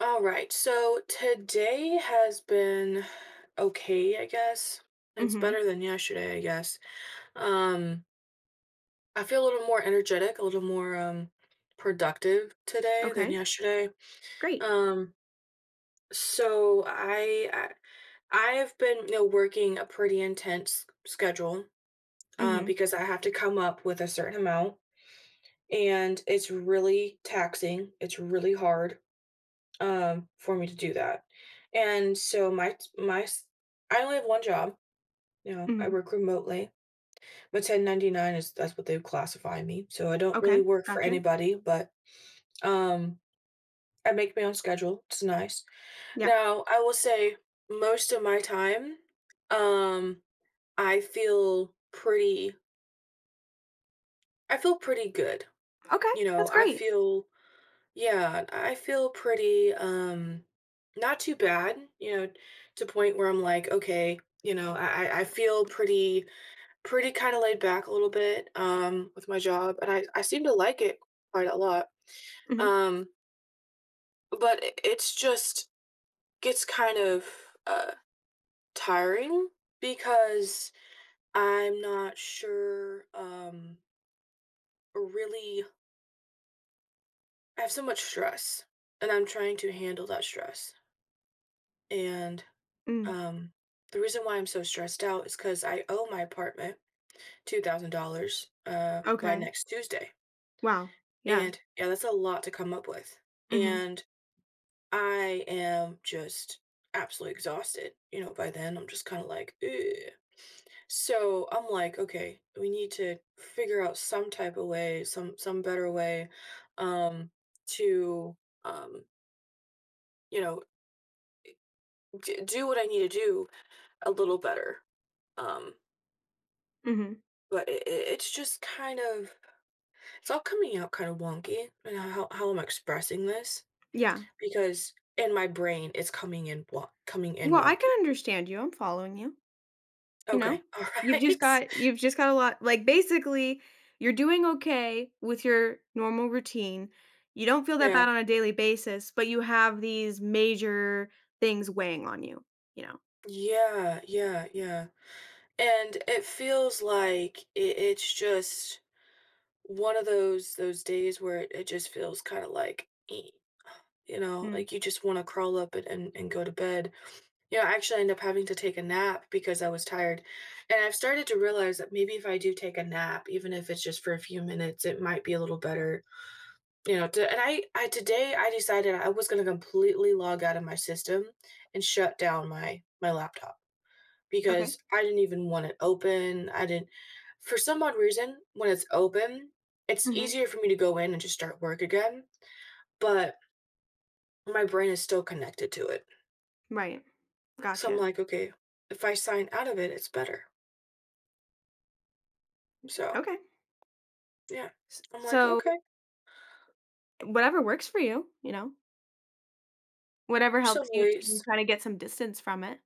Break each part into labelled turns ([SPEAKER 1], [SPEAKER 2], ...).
[SPEAKER 1] All right, so today has been okay, I guess. It's
[SPEAKER 2] Mhm.
[SPEAKER 1] better than yesterday, I guess. Um, I feel a little more energetic, a little more productive today than
[SPEAKER 2] Okay.
[SPEAKER 1] yesterday.
[SPEAKER 2] Great.
[SPEAKER 1] Um, so I've been, you know, working a pretty intense schedule
[SPEAKER 2] Mhm.
[SPEAKER 1] because I have to come up with a certain amount, and it's really taxing. It's really hard for me to do that. And so my s- I only have one job. You know, I
[SPEAKER 2] Mhm.
[SPEAKER 1] work remotely, but 1099 is that's what they classify me. So I don't really
[SPEAKER 2] Okay.
[SPEAKER 1] work for
[SPEAKER 2] Gotcha.
[SPEAKER 1] anybody, but um, I make my own schedule. It's nice.
[SPEAKER 2] Yeah.
[SPEAKER 1] Now I will say most of my time, um, I feel pretty. I feel pretty good.
[SPEAKER 2] Okay.
[SPEAKER 1] You know,
[SPEAKER 2] That's
[SPEAKER 1] I
[SPEAKER 2] great.
[SPEAKER 1] feel Yeah, I feel pretty not too bad, you know, to point where I'm like, okay, you know, I feel pretty kind of laid back a little bit with my job, and I seem to like it quite a lot.
[SPEAKER 2] Mhm.
[SPEAKER 1] Um but it's just gets kind of uh tiring because I'm not sure really I have so much stress, and I'm trying to handle that stress. And
[SPEAKER 2] Mm.
[SPEAKER 1] Um, the reason why I'm so stressed out is because I owe my apartment $2,000 by
[SPEAKER 2] Okay.
[SPEAKER 1] next Tuesday.
[SPEAKER 2] Wow. Yeah.
[SPEAKER 1] And yeah, that's a lot to come up with.
[SPEAKER 2] Mhm.
[SPEAKER 1] And I am just absolutely exhausted. You know, by then I'm just kind of like, ugh. So I'm like, okay, we need to figure out some type of way, some better way, um, to um, you know, do what I need to do a little better. Um,
[SPEAKER 2] Mhm.
[SPEAKER 1] But it's just kind of it's all coming out kind of wonky, and how I'm expressing this
[SPEAKER 2] Yeah.
[SPEAKER 1] because in my brain it's coming in coming in
[SPEAKER 2] Well, I
[SPEAKER 1] wonky.
[SPEAKER 2] can understand you. I'm following you. You know?
[SPEAKER 1] Okay, all
[SPEAKER 2] You've just
[SPEAKER 1] right.
[SPEAKER 2] got you've just got a lot, like, basically, you're doing okay with your normal routine. You don't feel that
[SPEAKER 1] Yeah,
[SPEAKER 2] bad on a daily basis, but you have these major things weighing on you, you know?
[SPEAKER 1] yeah, yeah, yeah. And it feels like it's just one of those days where it just feels kind of like "Eh." You know,
[SPEAKER 2] Mm.
[SPEAKER 1] like you just want to crawl up and go to bed. You know, I actually end up having to take a nap because I was tired. And I've started to realize that maybe if I do take a nap, even if it's just for a few minutes, it might be a little better. You know, to, and I Today I decided I was going to completely log out of my system and shut down my laptop
[SPEAKER 2] Okay.
[SPEAKER 1] because I didn't even want it open. I didn't For some odd reason when it's open, it's
[SPEAKER 2] Mhm.
[SPEAKER 1] easier for me to go in and just start work again, but my brain is still connected to it.
[SPEAKER 2] Right.
[SPEAKER 1] So I'm
[SPEAKER 2] Gotcha.
[SPEAKER 1] like, okay, if I sign out of it, it's better. So
[SPEAKER 2] Okay.
[SPEAKER 1] yeah,
[SPEAKER 2] S
[SPEAKER 1] I'm like,
[SPEAKER 2] so
[SPEAKER 1] okay,
[SPEAKER 2] whatever works for you, you know? Whatever
[SPEAKER 1] some
[SPEAKER 2] helps you
[SPEAKER 1] ways.
[SPEAKER 2] to kinda get some distance from it.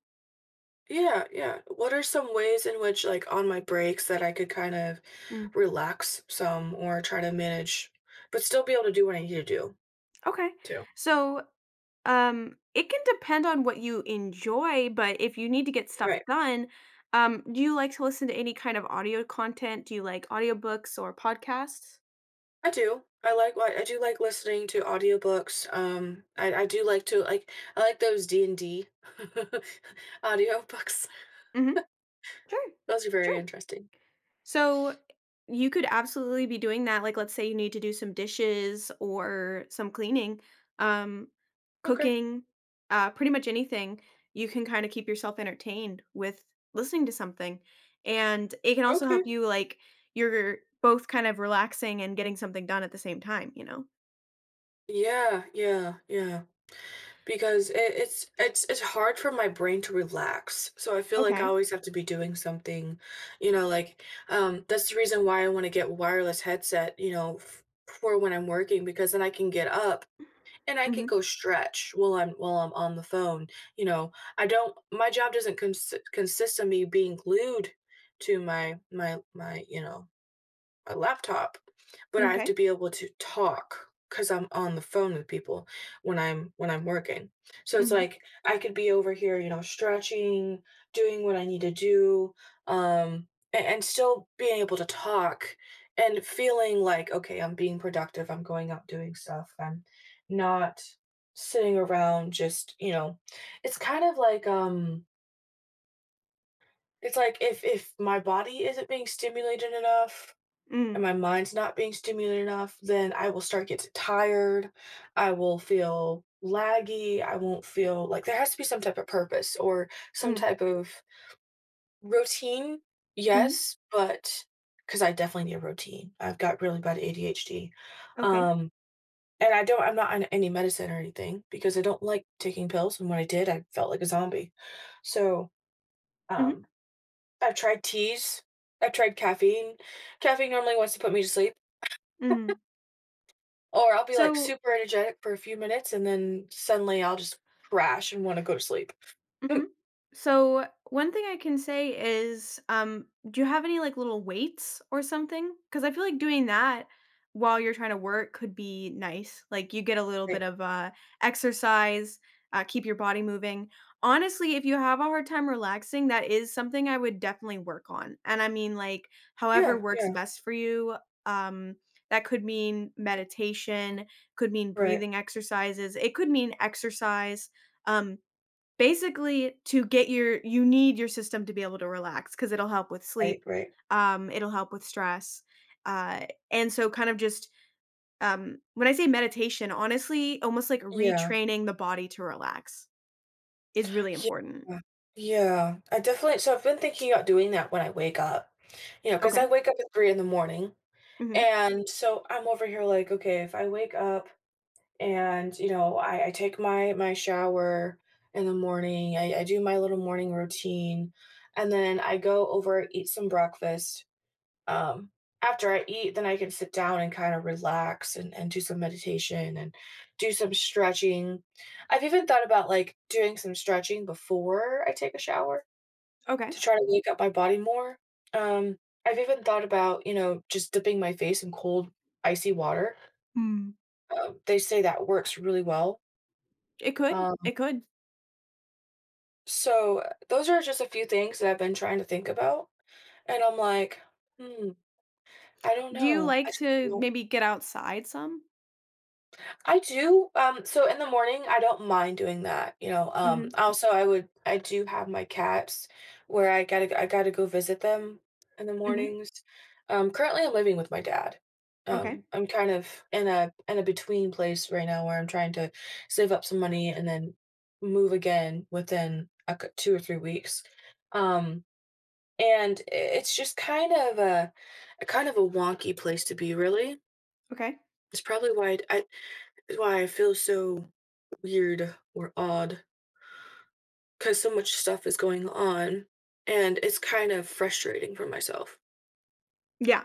[SPEAKER 1] Yeah, yeah. What are some ways in which, like, on my breaks that I could kind of
[SPEAKER 2] Mm,
[SPEAKER 1] relax some or try to manage, but still be able to do what I need to do
[SPEAKER 2] okay.
[SPEAKER 1] too?
[SPEAKER 2] So, it can depend on what you enjoy, but if you need to get stuff
[SPEAKER 1] Right.
[SPEAKER 2] done, do you like to listen to any kind of audio content? Do you like audiobooks or podcasts?
[SPEAKER 1] I do. I do like listening to audiobooks. I do like to like. I like those D and D audiobooks.
[SPEAKER 2] Mhm. Sure.
[SPEAKER 1] Those are very
[SPEAKER 2] Sure.
[SPEAKER 1] interesting.
[SPEAKER 2] So you could absolutely be doing that. Like, let's say you need to do some dishes or some cleaning, um,
[SPEAKER 1] Okay.
[SPEAKER 2] cooking, pretty much anything. You can kind of keep yourself entertained with listening to something. And it can also
[SPEAKER 1] Okay.
[SPEAKER 2] help you, like, you're both kind of relaxing and getting something done at the same time, you know?
[SPEAKER 1] Yeah, yeah, yeah. Because it's hard for my brain to relax. So I feel like I
[SPEAKER 2] Okay.
[SPEAKER 1] always have to be doing something, you know, like that's the reason why I want to get wireless headset, you know, for when I'm working because then I can get up and I can
[SPEAKER 2] Mm-hmm.
[SPEAKER 1] go stretch while I'm on the phone. You know, I don't my job doesn't consist of me being glued to my, you know, a laptop, but I have to
[SPEAKER 2] Okay.
[SPEAKER 1] be able to talk because 'cause I'm on the phone with people when I'm working. So it's
[SPEAKER 2] Mm-hmm.
[SPEAKER 1] like I could be over here, you know, stretching, doing what I need to do, um, and still being able to talk and feeling like, okay, I'm being productive, I'm going out doing stuff, I'm not sitting around just, you know, it's kind of like it's like if my body isn't being stimulated enough and
[SPEAKER 2] Mm-hmm.
[SPEAKER 1] my mind's not being stimulated enough, then I will start getting tired. I will feel laggy. I won't feel like there has to be some type of purpose or some type of routine.
[SPEAKER 2] Mm-hmm.
[SPEAKER 1] Yes, but because I definitely need a routine. I've got really bad ADHD.
[SPEAKER 2] Okay.
[SPEAKER 1] Um, and I don't, I'm not on any medicine or anything because I don't like taking pills. And when I did, I felt like a zombie. So
[SPEAKER 2] Mm-hmm.
[SPEAKER 1] um, I've tried teas, I've tried caffeine. Caffeine normally wants to put me to sleep.
[SPEAKER 2] Mm-hmm.
[SPEAKER 1] Or I'll be, like,
[SPEAKER 2] So,
[SPEAKER 1] super energetic for a few minutes, and then suddenly I'll just crash and wanna go to sleep. Mm,
[SPEAKER 2] mhm. So one thing I can say is, do you have any like little weights or something? Because I feel like doing that while you're trying to work could be nice. Like you get a little bit
[SPEAKER 1] right.
[SPEAKER 2] of exercise, keep your body moving. Honestly, if you have a hard time relaxing, that is something I would definitely work on. And I mean, like however
[SPEAKER 1] Yeah,
[SPEAKER 2] works
[SPEAKER 1] yeah,
[SPEAKER 2] best for you. Um, that could mean meditation, could mean
[SPEAKER 1] right,
[SPEAKER 2] breathing exercises. It could mean exercise. Um, Basically, to get your you need your system to be able to relax because 'cause it'll help with
[SPEAKER 1] right,
[SPEAKER 2] sleep,
[SPEAKER 1] right.
[SPEAKER 2] it'll help with stress, and so kind of just, when I say meditation, honestly, almost like
[SPEAKER 1] Yeah.
[SPEAKER 2] retraining the body to relax is really important.
[SPEAKER 1] Yeah. Yeah. I definitely So I've been thinking about doing that when I wake up, you know, because I
[SPEAKER 2] Okay.
[SPEAKER 1] wake up at 3 in the morning,
[SPEAKER 2] Mhm.
[SPEAKER 1] and so I'm over here like, "Okay, if I wake up and, you know, I take my shower in the morning, I do my little morning routine, and then I go over, eat some breakfast." Um, After I eat, then I can sit down and kind of relax and do some meditation and do some stretching. I've even thought about like doing some stretching before I take a shower
[SPEAKER 2] Okay.
[SPEAKER 1] to try to wake up my body more. Um, I've even thought about, you know, just dipping my face in cold, icy water.
[SPEAKER 2] Mm.
[SPEAKER 1] They say that works really well.
[SPEAKER 2] It could,
[SPEAKER 1] Um,
[SPEAKER 2] it could.
[SPEAKER 1] those are just a few things that I've been trying to think about. And I'm like, hmm, I don't
[SPEAKER 2] Do you
[SPEAKER 1] know. I
[SPEAKER 2] like
[SPEAKER 1] just
[SPEAKER 2] to
[SPEAKER 1] don't
[SPEAKER 2] maybe get outside some?
[SPEAKER 1] I do, so in the morning, I don't mind doing that, you know,
[SPEAKER 2] Mhm.
[SPEAKER 1] also, I do have my cats where I gotta go visit them in the
[SPEAKER 2] Mhm.
[SPEAKER 1] mornings. Currently, I'm living with my dad.
[SPEAKER 2] Okay.
[SPEAKER 1] I'm kind of in a between place right now where I'm trying to save up some money and then move again within a cou 2 or 3 weeks. Um, and I It's just kind of a kind of a wonky place to be, really.
[SPEAKER 2] Okay.
[SPEAKER 1] It's probably why I it's why I feel so weird or odd because so much stuff is going on, and it's kind of frustrating for myself.
[SPEAKER 2] Yeah.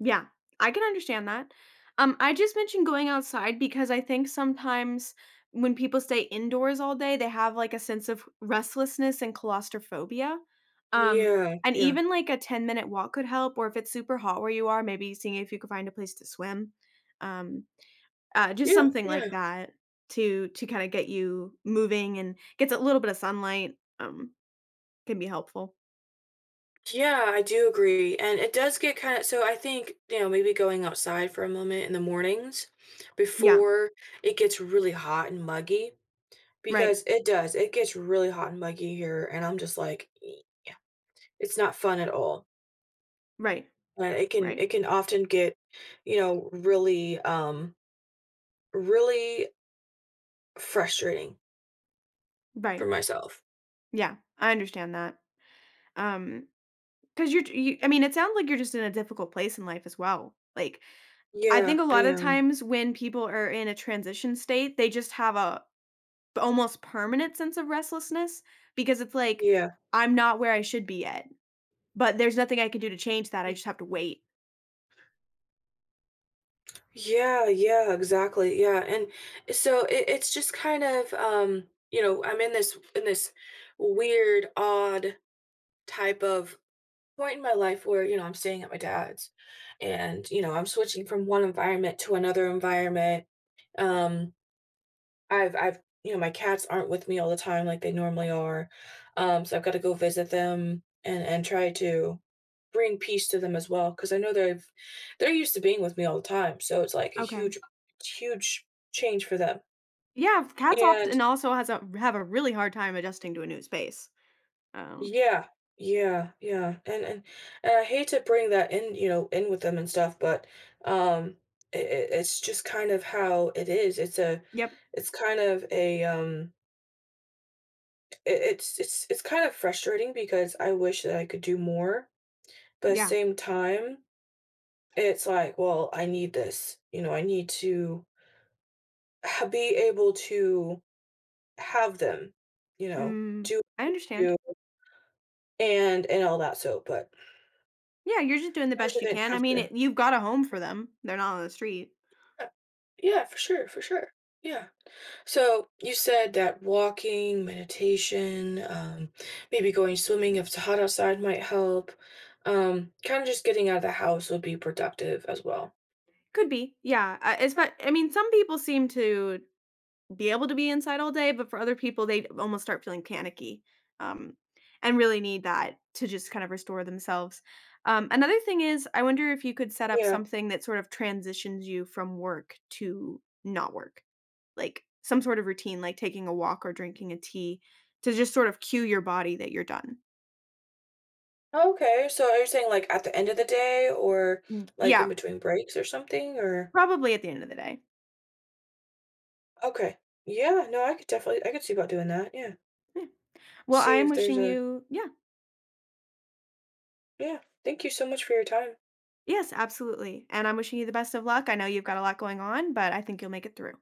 [SPEAKER 2] Yeah. I can understand that. I just mentioned going outside because I think sometimes when people stay indoors all day, they have, like, a sense of restlessness and claustrophobia. Um,
[SPEAKER 1] Yeah,
[SPEAKER 2] and
[SPEAKER 1] yeah.
[SPEAKER 2] even, like, a ten-minute walk could help, or if it's super hot where you are, maybe seeing if you could find a place to swim. Um, just
[SPEAKER 1] Yeah,
[SPEAKER 2] something
[SPEAKER 1] yeah.
[SPEAKER 2] like that to kinda get you moving and gets a little bit of sunlight, can be helpful.
[SPEAKER 1] Yeah, I do agree. And it does get kind of So I think, you know, maybe going outside for a moment in the mornings
[SPEAKER 2] Yeah.
[SPEAKER 1] before it gets really hot and muggy,
[SPEAKER 2] Right.
[SPEAKER 1] because it does. it gets really hot and muggy here and I'm just like, "E-," "Yeah, it's not fun at all.
[SPEAKER 2] Right.
[SPEAKER 1] And
[SPEAKER 2] Right.
[SPEAKER 1] it can often get, you know, really Really frustrating for
[SPEAKER 2] Right.
[SPEAKER 1] myself."
[SPEAKER 2] Yeah, I understand that. Um, because 'cause you're you I mean, it sounds like you're just in a difficult place in life as well. Like, I
[SPEAKER 1] Yeah,
[SPEAKER 2] think a
[SPEAKER 1] I
[SPEAKER 2] lot of
[SPEAKER 1] am.
[SPEAKER 2] times when people are in a transition state, they just have a almost permanent sense of restlessness because it's like,
[SPEAKER 1] Yeah.
[SPEAKER 2] "I'm not where I should be yet, but there's nothing I can do to change that. I just have to wait."
[SPEAKER 1] Yeah, yeah, exactly, yeah, and so it it's just kind of, you know, I'm in this weird, odd type of point in my life where, you know, I'm staying at my dad's, and, you know, I'm switching from one environment to another environment, um, I've, you know, my cats aren't with me all the time like they normally are, so I've gotta go visit them and try to bring peace to them as well, because I know they're used to being with me all the time, so it's like a
[SPEAKER 2] Okay.
[SPEAKER 1] huge change for them,
[SPEAKER 2] Yeah, cats
[SPEAKER 1] and
[SPEAKER 2] often also has a have a really hard time adjusting to a new space. Um,
[SPEAKER 1] yeah, yeah, yeah, and I hate to bring that in, you know, in with them and stuff, but, um, I it's just kind of how it is,
[SPEAKER 2] yep.
[SPEAKER 1] it's kind of a, I it's it's kind of frustrating because I wish that I could do more, but at the
[SPEAKER 2] Yeah.
[SPEAKER 1] same time, it's like, "Well, I need this," you know, I need to ha be able to have them, you know,
[SPEAKER 2] Mm,
[SPEAKER 1] do
[SPEAKER 2] I understand.
[SPEAKER 1] do and all that, so but
[SPEAKER 2] Yeah, you're just doing the
[SPEAKER 1] I wish I
[SPEAKER 2] best you
[SPEAKER 1] didn't
[SPEAKER 2] can. I
[SPEAKER 1] have
[SPEAKER 2] mean,
[SPEAKER 1] to
[SPEAKER 2] you've got a home for them. They're not on the street.
[SPEAKER 1] uh Yeah, for sure, for sure. Yeah. So, you said that walking, meditation, maybe going swimming if it's hot outside might help. Kinda just getting out of the house would be productive as well.
[SPEAKER 2] Could be. Yeah. But I mean, some people seem to be able to be inside all day, but for other people, they almost start feeling panicky, um, and really need that to just kind of restore themselves. Another thing is, I wonder if you could set up
[SPEAKER 1] Yeah.
[SPEAKER 2] something that sort of transitions you from work to not work, like some sort of routine, like taking a walk or drinking a tea to just sort of cue your body that you're done.
[SPEAKER 1] Okay, so are you saying, like, at the end of the day or, like, in
[SPEAKER 2] Yeah,
[SPEAKER 1] between breaks or something, or
[SPEAKER 2] probably at the end of the day.
[SPEAKER 1] Okay. Yeah, no, I could see about doing that, yeah.
[SPEAKER 2] Yeah. Well, I
[SPEAKER 1] See
[SPEAKER 2] am
[SPEAKER 1] if there's
[SPEAKER 2] wishing
[SPEAKER 1] a
[SPEAKER 2] you, yeah,
[SPEAKER 1] Yeah. Thank you so much for your time.
[SPEAKER 2] yes, absolutely. And I'm wishing you the best of luck. I know you've got a lot going on, but I think you'll make it through.